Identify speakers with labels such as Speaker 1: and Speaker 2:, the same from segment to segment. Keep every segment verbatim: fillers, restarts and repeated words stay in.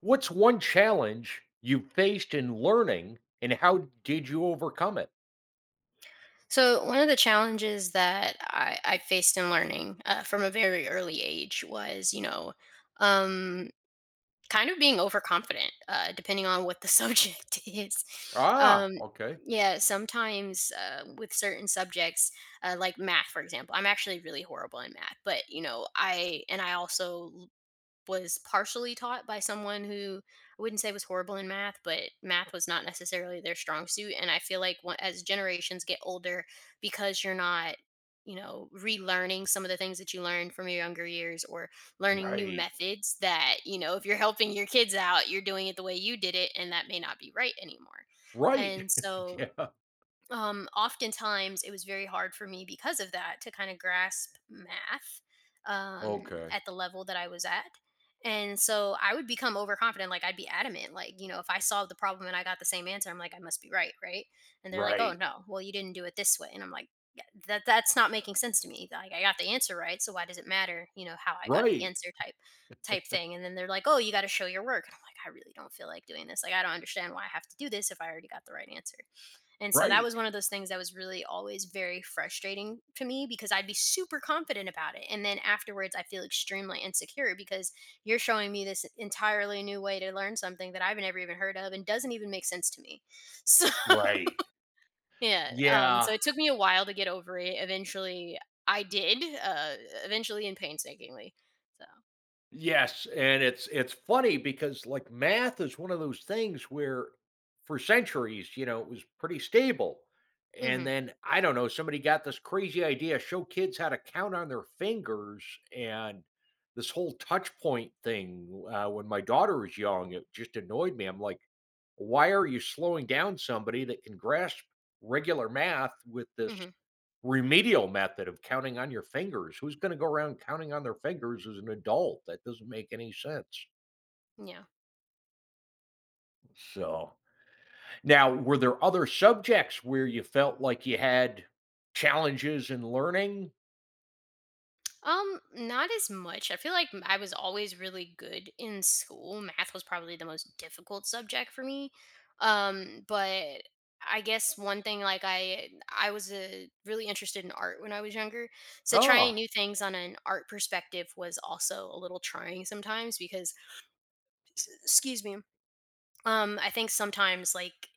Speaker 1: What's one challenge you faced in learning and how did you overcome it?
Speaker 2: So, one of the challenges that I, I faced in learning uh, from a very early age was, you know, um, kind of being overconfident, uh, depending on what the subject is.
Speaker 1: Ah,
Speaker 2: Um,
Speaker 1: okay.
Speaker 2: yeah, sometimes uh, with certain subjects, uh, like math, for example, I'm actually really horrible in math, but, you know, I, and I also was partially taught by someone who I wouldn't say was horrible in math, but math was not necessarily their strong suit. And I feel like when, as generations get older, because you're not, you know, relearning some of the things that you learned from your younger years or learning new
Speaker 1: Right.
Speaker 2: methods, that, you know, if you're helping your kids out, you're doing it the way you did it, and that may not be right anymore.
Speaker 1: Right.
Speaker 2: And so
Speaker 1: Yeah.
Speaker 2: um, oftentimes it was very hard for me because of that to kind of grasp math um,
Speaker 1: Okay.
Speaker 2: at the level that I was at. And so I would become overconfident. Like I'd be adamant. Like, you know, if I solved the problem and I got the same answer, I'm like, I must be right. Right. And they're like, oh,
Speaker 1: Right.
Speaker 2: no, well, you didn't do it this way. And I'm like, "Yeah, that that's not making sense to me. Like I got the answer right, so why does it matter? You know how I got the
Speaker 1: Right.
Speaker 2: answer type type thing." And then they're like, "Oh, you got to show your work." And I'm like, "I really don't feel like doing this. Like I don't understand why I have to do this if I already got the right answer." And so that
Speaker 1: Right.
Speaker 2: was one of those things that was really always very frustrating to me because I'd be super confident about it. And then afterwards, I feel extremely insecure because you're showing me this entirely new way to learn something that I've never even heard of and doesn't even make sense to me. So,
Speaker 1: Right.
Speaker 2: yeah. Um,
Speaker 1: Yeah.
Speaker 2: so it took me a while to get over it. Eventually, I did, uh, eventually and painstakingly. So,
Speaker 1: Yes, and it's it's funny because, like, math is one of those things where for centuries, you know, it was pretty stable,
Speaker 2: mm
Speaker 1: and
Speaker 2: hmm.
Speaker 1: then, I don't know, somebody got this crazy idea, show kids how to count on their fingers, and this whole touch point thing, uh, when my daughter was young, it just annoyed me, I'm like, "Why are you slowing down somebody that can grasp regular math with this"
Speaker 2: Mm
Speaker 1: remedial method of counting on your fingers. Who's going to go around counting on their fingers as an adult? That doesn't make any sense.
Speaker 2: hmm. Yeah.
Speaker 1: So, now were there other subjects where you felt like you had challenges in learning?
Speaker 2: Um, not as much. I feel like m- I was always really good in school. Math was probably the most difficult subject for me. Um, but I guess one thing, like I I was uh, really interested in art when I was younger. So
Speaker 1: Oh,
Speaker 2: trying new things on an art perspective was also a little trying sometimes because excuse me. Um, I think sometimes like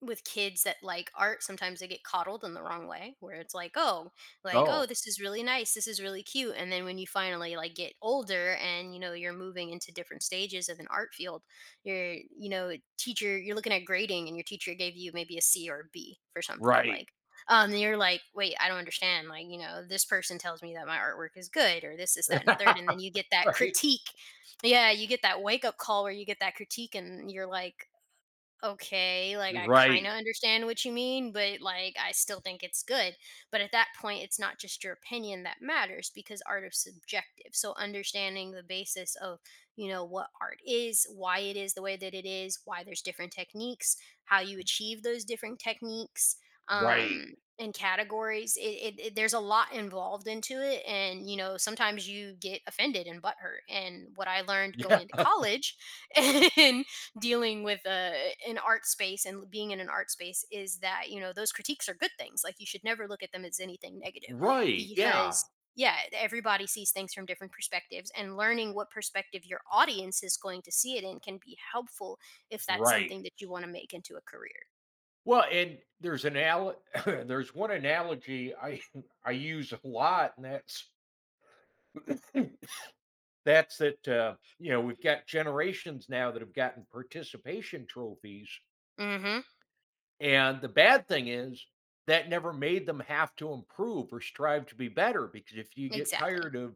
Speaker 2: with kids that like art, sometimes they get coddled in the wrong way where it's like, oh, like oh
Speaker 1: oh,
Speaker 2: this is really nice, this is really cute, and then when you finally like get older and, you know, you're moving into different stages of an art field, your, you know, teacher, you're looking at grading and your teacher gave you maybe a C or a B for something,
Speaker 1: right.
Speaker 2: like, um, and you're like, wait, I don't understand, like, you know, this person tells me that my artwork is good or this is that and the third, and then you get that
Speaker 1: Right.
Speaker 2: critique. Yeah, you get that wake up call where you get that critique, and you're like, okay, like I kind
Speaker 1: Right.
Speaker 2: of understand what you mean, but like I still think it's good. But at that point, it's not just your opinion that matters because art is subjective. So understanding the basis of, you know, what art is, why it is the way that it is, why there's different techniques, how you achieve those different techniques,
Speaker 1: Right.
Speaker 2: um, and categories. It, it, it there's a lot involved into it, and you know sometimes you get offended and butthurt. And what I learned going
Speaker 1: Yeah.
Speaker 2: into college and dealing with a, an art space and being in an art space is that, you know, those critiques are good things. Like you should never look at them as anything negative
Speaker 1: Right. Yeah.
Speaker 2: because yeah, e, everybody sees things from different perspectives, and learning what perspective your audience is going to see it in can be helpful if that's
Speaker 1: Right.
Speaker 2: something that you want to make into a career.
Speaker 1: Well, and there's an al there's one analogy I I use a lot, and that's that's that uh, you know, we've got generations now that have gotten participation trophies,
Speaker 2: Mhm.
Speaker 1: and the bad thing is that never made them have to improve or strive to be better, because if you get
Speaker 2: Exactly.
Speaker 1: tired of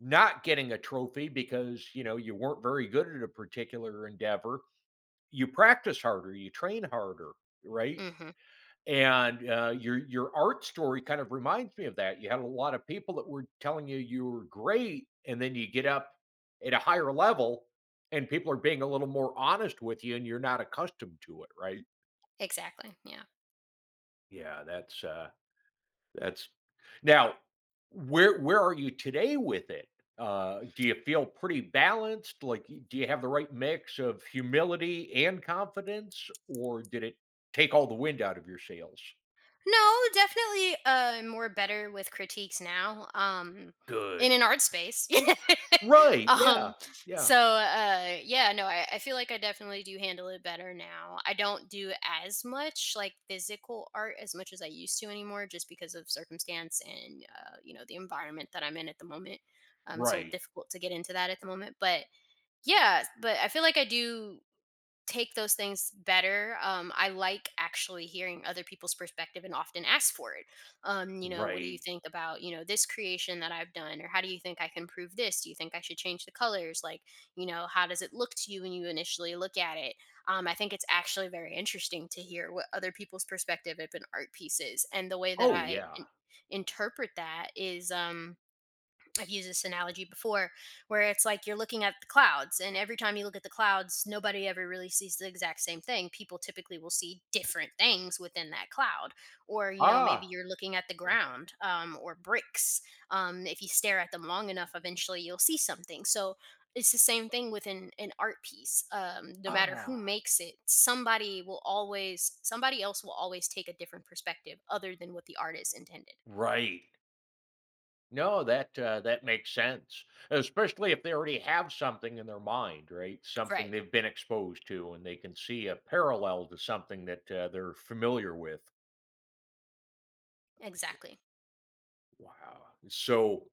Speaker 1: not getting a trophy because you know you weren't very good at a particular endeavor, you practice harder, you train harder, right?
Speaker 2: Mhm.
Speaker 1: And uh, your your art story kind of reminds me of that. You had a lot of people that were telling you you were great, and then you get up at a higher level, and people are being a little more honest with you, and you're not accustomed to it, right?
Speaker 2: Exactly, yeah.
Speaker 1: Yeah, that's uh, that's now. Where where are you today with it? Uh, do you feel pretty balanced? Like, y- do you have the right mix of humility and confidence, or did it take all the wind out of your sails?
Speaker 2: No, definitely uh more better with critiques now. Um,
Speaker 1: Good.
Speaker 2: in an art space.
Speaker 1: Right,
Speaker 2: um
Speaker 1: yeah, yeah.
Speaker 2: so uh yeah, no, I, I feel like I definitely do handle it better now. I don't do as much like physical art as much as I used to anymore just because of circumstance and, uh, you know, the environment that I'm in at the moment. Um, it's a little
Speaker 1: Right,
Speaker 2: difficult to get into that at the moment. But yeah, but I feel like I do take those things better. Um, I like actually hearing other people's perspective and often ask for it. Um, you know, what do you
Speaker 1: right.
Speaker 2: think about, you know, this creation that I've done? Or how do you think I can improve this? Do you think I should change the colors? Like, you know, how does it look to you when you initially look at it? Um, I think it's actually very interesting to hear what other people's perspective of an art piece is. And the way that
Speaker 1: Oh,
Speaker 2: I in-
Speaker 1: yeah.
Speaker 2: interpret that is, um, I've used this analogy before where it's like you're looking at the clouds, and every time you look at the clouds, nobody ever really sees the exact same thing. People typically will see different things within that cloud. Or, you know, maybe
Speaker 1: Ah,
Speaker 2: you're looking at the ground um, or bricks. Um, if you stare at them long enough, eventually you'll see something. So it's the same thing with an, an art piece. Um, no matter who
Speaker 1: ah,
Speaker 2: makes it, somebody will always, somebody else will always take a different perspective other than what the artist intended.
Speaker 1: right. No, that, uh, that makes sense, especially if they already have something in their mind, right?
Speaker 2: Right.
Speaker 1: Something they've been exposed to, and they can see a parallel to something that, uh, they're familiar with.
Speaker 2: Exactly.
Speaker 1: Wow. So,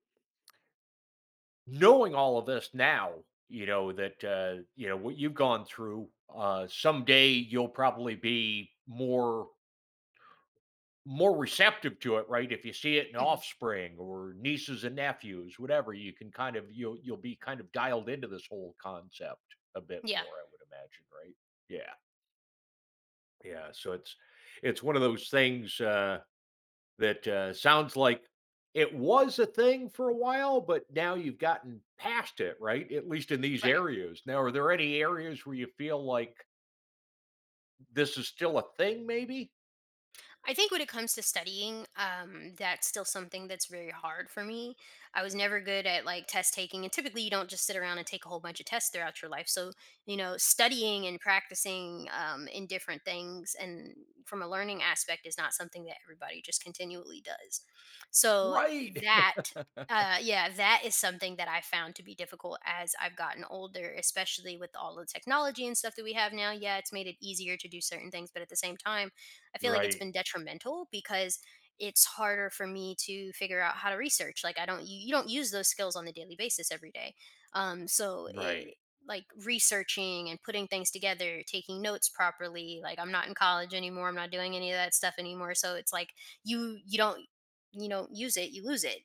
Speaker 1: knowing all of this now, you know, that, uh, you know, what you've gone through, uh, someday you'll probably be more more receptive to it, right? If you see it in
Speaker 2: Hmm.
Speaker 1: offspring or nieces and nephews, whatever, you can kind of you'll you'll be kind of dialed into this whole concept a bit
Speaker 2: Yeah.
Speaker 1: more, I would imagine, right? Yeah, yeah. So it's it's one of those things uh, that uh, sounds like it was a thing for a while, but now you've gotten past it, right? At least in these
Speaker 2: Right.
Speaker 1: areas. Now, are there any areas where you feel like this is still a thing? Maybe.
Speaker 2: I think when it comes to studying, um, that's still something that's very hard for me. I was never good at like test taking, and typically you don't just sit around and take a whole bunch of tests throughout your life. So, you know, studying and practicing um, in different things and from a learning aspect is not something that everybody just continually does. So,
Speaker 1: Right.
Speaker 2: that, uh, yeah, that is something that I found to be difficult as I've gotten older, especially with all the technology and stuff that we have now. Yeah, it's made it easier to do certain things, but at the same time, I feel like it's
Speaker 1: Right.
Speaker 2: been detrimental because it's harder for me to figure out how to research. Like I don't, you, you don't use those skills on a daily basis every day. Um so
Speaker 1: Right.
Speaker 2: it, like researching and putting things together, taking notes properly. Like I'm not in college anymore. I'm not doing any of that stuff anymore. So it's like you you don't you don't use it, you lose it.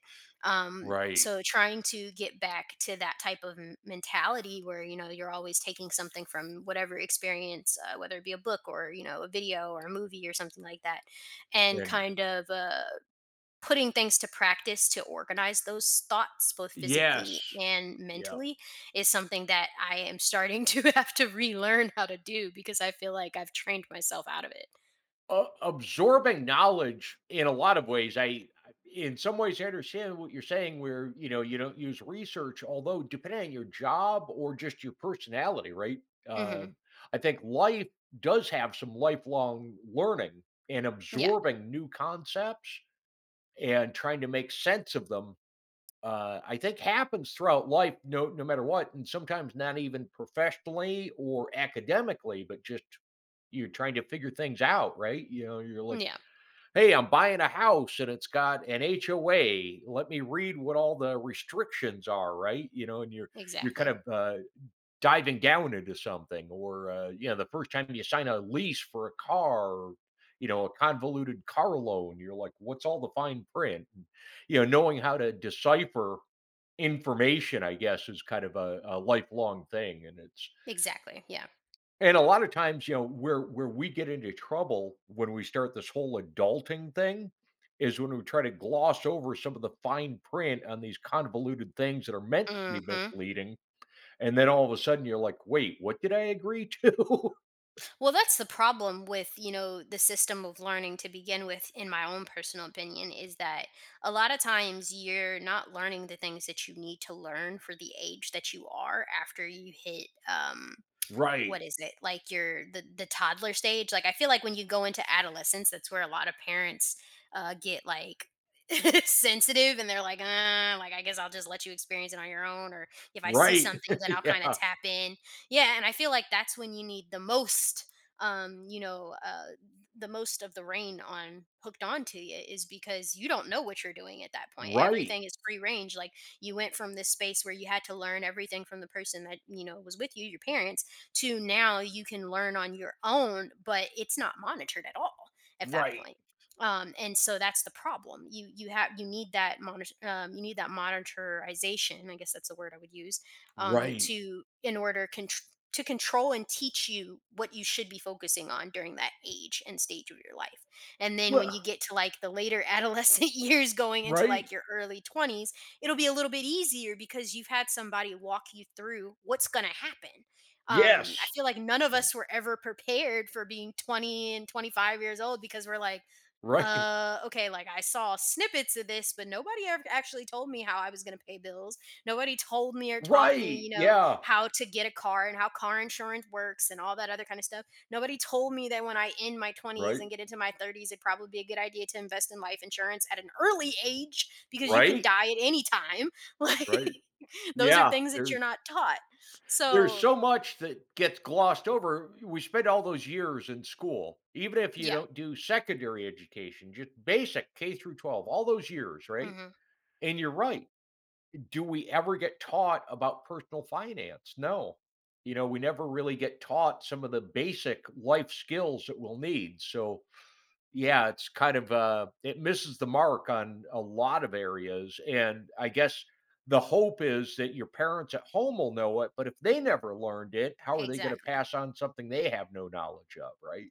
Speaker 2: Um,
Speaker 1: Right.
Speaker 2: so trying to get back to that type of m- mentality where, you know, you're always taking something from whatever experience, uh, whether it be a book or, you know, a video or a movie or something like that, and
Speaker 1: And
Speaker 2: kind of uh, putting things to practice to organize those thoughts both physically
Speaker 1: yes.
Speaker 2: and
Speaker 1: Yeah.
Speaker 2: mentally is something that I am starting to have to relearn how to do because I feel like I've trained myself out of it.
Speaker 1: A absorbing knowledge in a lot of ways. I In some ways, I understand what you're saying where, you know, you don't use research, although depending on your job or just your personality, right?
Speaker 2: Hmm.
Speaker 1: Um, I think life does have some lifelong learning and
Speaker 2: Yeah.
Speaker 1: absorbing new concepts and trying to make sense of them, uh, I think happens throughout life no no matter what, and sometimes not even professionally or academically, but just you're trying to figure things out, right? You know, you're like,
Speaker 2: Yeah.
Speaker 1: "Hey, I'm buying a house and it's got an H O A. Let me read what all the restrictions are," right? You know, and you're you're kind
Speaker 2: Exactly.
Speaker 1: of uh, diving down into something, or uh, you know, the first time you sign a lease for a car, or, you know, a convoluted car loan, you're like, "What's all the fine print?" And, you know, knowing how to decipher information, I guess, is kind of a, a lifelong thing, and it's
Speaker 2: Exactly, yeah.
Speaker 1: and a lot of times, you know, where where we get into trouble when we start this whole adulting thing is when we try to gloss over some of the fine print on these convoluted things that are meant to be
Speaker 2: Hmm.
Speaker 1: misleading, and then all of a sudden you're like, "Wait, what did I agree to?"
Speaker 2: Well, that's the problem with, you know, the system of learning to begin with, in my own personal opinion, is that a lot of times you're not learning the things that you need to learn for the age that you are after you hit um,
Speaker 1: Right,
Speaker 2: what is it? Like your the the toddler stage? Like I feel like when you go into adolescence, that's where a lot of parents uh, get like sensitive and they're like, uh, like I guess I'll just let you experience it on your own, or if I see
Speaker 1: right.
Speaker 2: something then I'll
Speaker 1: Yeah,
Speaker 2: kind of tap in. Yeah, and I feel like that's when you need the most um, you know, uh, the most of the rain on hooked on to you, is because you don't know what you're doing at that point.
Speaker 1: right,
Speaker 2: Everything is free range. Like you went from this space where you had to learn everything from the person that, you know, was with you, your parents, to now you can learn on your own, but it's not monitored at all at that
Speaker 1: right,
Speaker 2: point. Um, and so that's the problem. You you have you need that monitor, um, you need that monitorization. I guess that's the word I would use um,
Speaker 1: right.
Speaker 2: to in order con- to control and teach you what you should be focusing on during that age and stage of your life. And then when
Speaker 1: Well
Speaker 2: you get to like the later adolescent years going into like
Speaker 1: right.
Speaker 2: your early twenties, it'll be a little bit easier because you've had somebody walk you through what's going to happen um, I
Speaker 1: Yes.
Speaker 2: feel like none of
Speaker 1: Yeah,
Speaker 2: us were ever prepared for being twenty and twenty-five years old because we're like,
Speaker 1: right,
Speaker 2: uh, okay, like I saw snippets of this, but nobody ever actually told me how I was going to pay bills. Nobody told me or taught me,
Speaker 1: right,
Speaker 2: you know,
Speaker 1: yeah,
Speaker 2: how to get a car and how car insurance works and all that other kind of stuff. Nobody told me that when I end my twenties
Speaker 1: right,
Speaker 2: and get into my thirties, it'd probably be a good idea to invest in life insurance at an early age because you can
Speaker 1: right,
Speaker 2: die at any time. Like,
Speaker 1: right.
Speaker 2: those are
Speaker 1: Yeah,
Speaker 2: things that
Speaker 1: there's
Speaker 2: you're not taught.
Speaker 1: There's
Speaker 2: So,
Speaker 1: so much that gets glossed over. We spend all those years in school, even if you
Speaker 2: yeah.
Speaker 1: don't do secondary education, just basic K through twelve, all those years, right?
Speaker 2: Hmm.
Speaker 1: And you're right. Do we ever get taught about personal finance? No. You know, we never really get taught some of the basic life skills that we'll need. So, yeah, it's kind of, uh it misses the mark on a lot of areas, and I guess the hope is that your parents at home will know it, but if they never learned it, how are they gonna
Speaker 2: Exactly.
Speaker 1: pass on something they have no knowledge of, right?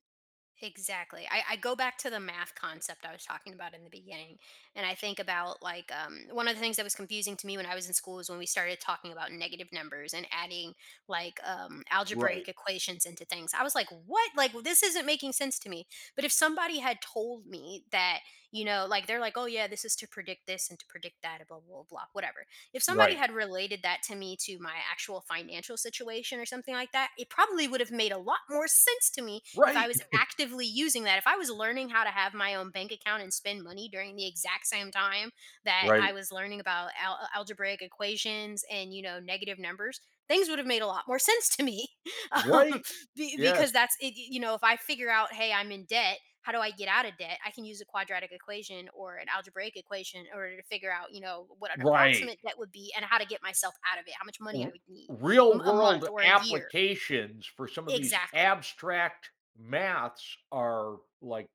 Speaker 2: Exactly. I, I go back to the math concept I was talking about in the beginning. And I think about like um, one of the things that was confusing to me when I was in school is when we started talking about negative numbers and adding like um, algebraic
Speaker 1: Right,
Speaker 2: equations into things. I was like, what? Like, well, this isn't making sense to me. But if somebody had told me that, you know, like they're like, oh, yeah, this is to predict this and to predict that, and blah, blah, blah, whatever. If somebody
Speaker 1: right,
Speaker 2: had related that to me to my actual financial situation or something like that, it probably would have made a lot more sense to me if I
Speaker 1: right,
Speaker 2: was actively using that, if I was learning how to have my own bank account and spend money during the exact same time that
Speaker 1: right.
Speaker 2: I was learning about al- uh, algebraic equations and, you know, negative numbers, things would have made a lot more sense to me. um,
Speaker 1: Right.
Speaker 2: be- because
Speaker 1: Yes,
Speaker 2: that's it, you know, if I figure out, hey, I'm in debt, how do I get out of debt? I can use a quadratic equation or an algebraic equation in order to figure out, you know, what an
Speaker 1: right.
Speaker 2: approximate debt would be and how to get myself out of it, how much money I
Speaker 1: R
Speaker 2: would need m-
Speaker 1: Real
Speaker 2: a month
Speaker 1: world
Speaker 2: or a year.
Speaker 1: applications for some of these
Speaker 2: Exactly.
Speaker 1: abstract maths are, like,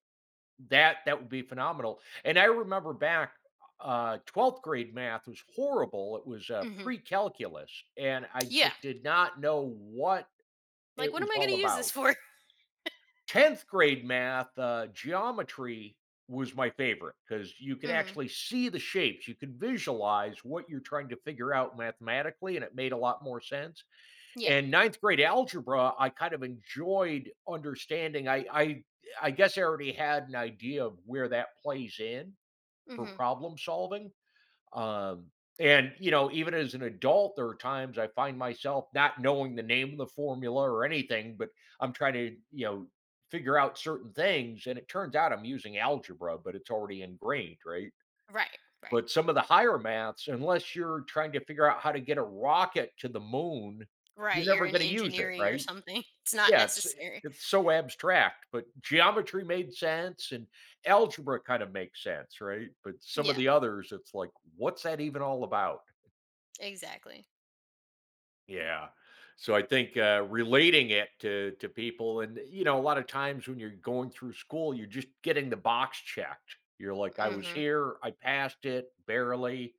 Speaker 1: that that would be phenomenal. And I remember back, uh, twelfth grade math was horrible, it was, uh,
Speaker 2: Hmm.
Speaker 1: pre-calculus, and I
Speaker 2: Yeah.
Speaker 1: just did not know what
Speaker 2: Like,
Speaker 1: it
Speaker 2: what
Speaker 1: was
Speaker 2: am I going
Speaker 1: all
Speaker 2: to use this
Speaker 1: about.
Speaker 2: for?
Speaker 1: tenth grade math, uh, geometry was my favorite because you could
Speaker 2: Hmm.
Speaker 1: actually see the shapes, you could visualize what you're trying to figure out mathematically, and it made a lot more sense.
Speaker 2: Yeah.
Speaker 1: And ninth grade algebra, I kind of enjoyed understanding. I i I guess I already had an idea of where that plays in for
Speaker 2: Hmm.
Speaker 1: problem solving. Um, and you know, even as an adult, there are times I find myself not knowing the name of the formula or anything, but I'm trying to, you know, figure out certain things, and it turns out I'm using algebra, but it's already ingrained, right?
Speaker 2: Right, right,
Speaker 1: But some of the higher maths, unless you're trying to figure out how to get a rocket to the moon, you're
Speaker 2: right. You're
Speaker 1: never
Speaker 2: in
Speaker 1: going to use it,
Speaker 2: engineering or
Speaker 1: right?
Speaker 2: something. It's not
Speaker 1: Yeah, it's
Speaker 2: necessary.
Speaker 1: it's so abstract, but geometry made sense, and algebra kind of makes sense, right? But some of
Speaker 2: Yeah.
Speaker 1: the others, it's like, what's that even all about?
Speaker 2: Exactly.
Speaker 1: Yeah. So I think uh, relating it to to people, and you know, a lot of times when you're going through school, you're just getting the box checked. You're like, I was
Speaker 2: Hmm.
Speaker 1: here, I passed it barely.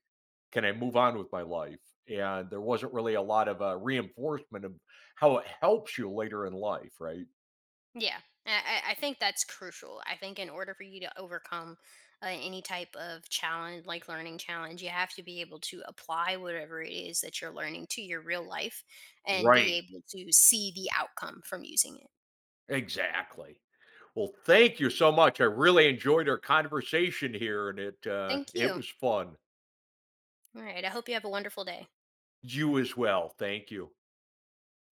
Speaker 1: Can I move on with my life? And there wasn't really a lot of uh, reinforcement of how it helps you later in life, right?
Speaker 2: Yeah. I, I I think that's crucial. I think in order for you to overcome uh, any type of challenge, like learning challenge, you have to be able to apply whatever it is that you're learning to your real life and be
Speaker 1: Right.
Speaker 2: able to see the outcome from using it.
Speaker 1: Exactly. Well, thank you so much. I really enjoyed our conversation here, and it uh,
Speaker 2: Thank
Speaker 1: it
Speaker 2: you.
Speaker 1: was fun.
Speaker 2: All right. I hope you have a wonderful day.
Speaker 1: You as well. Thank you.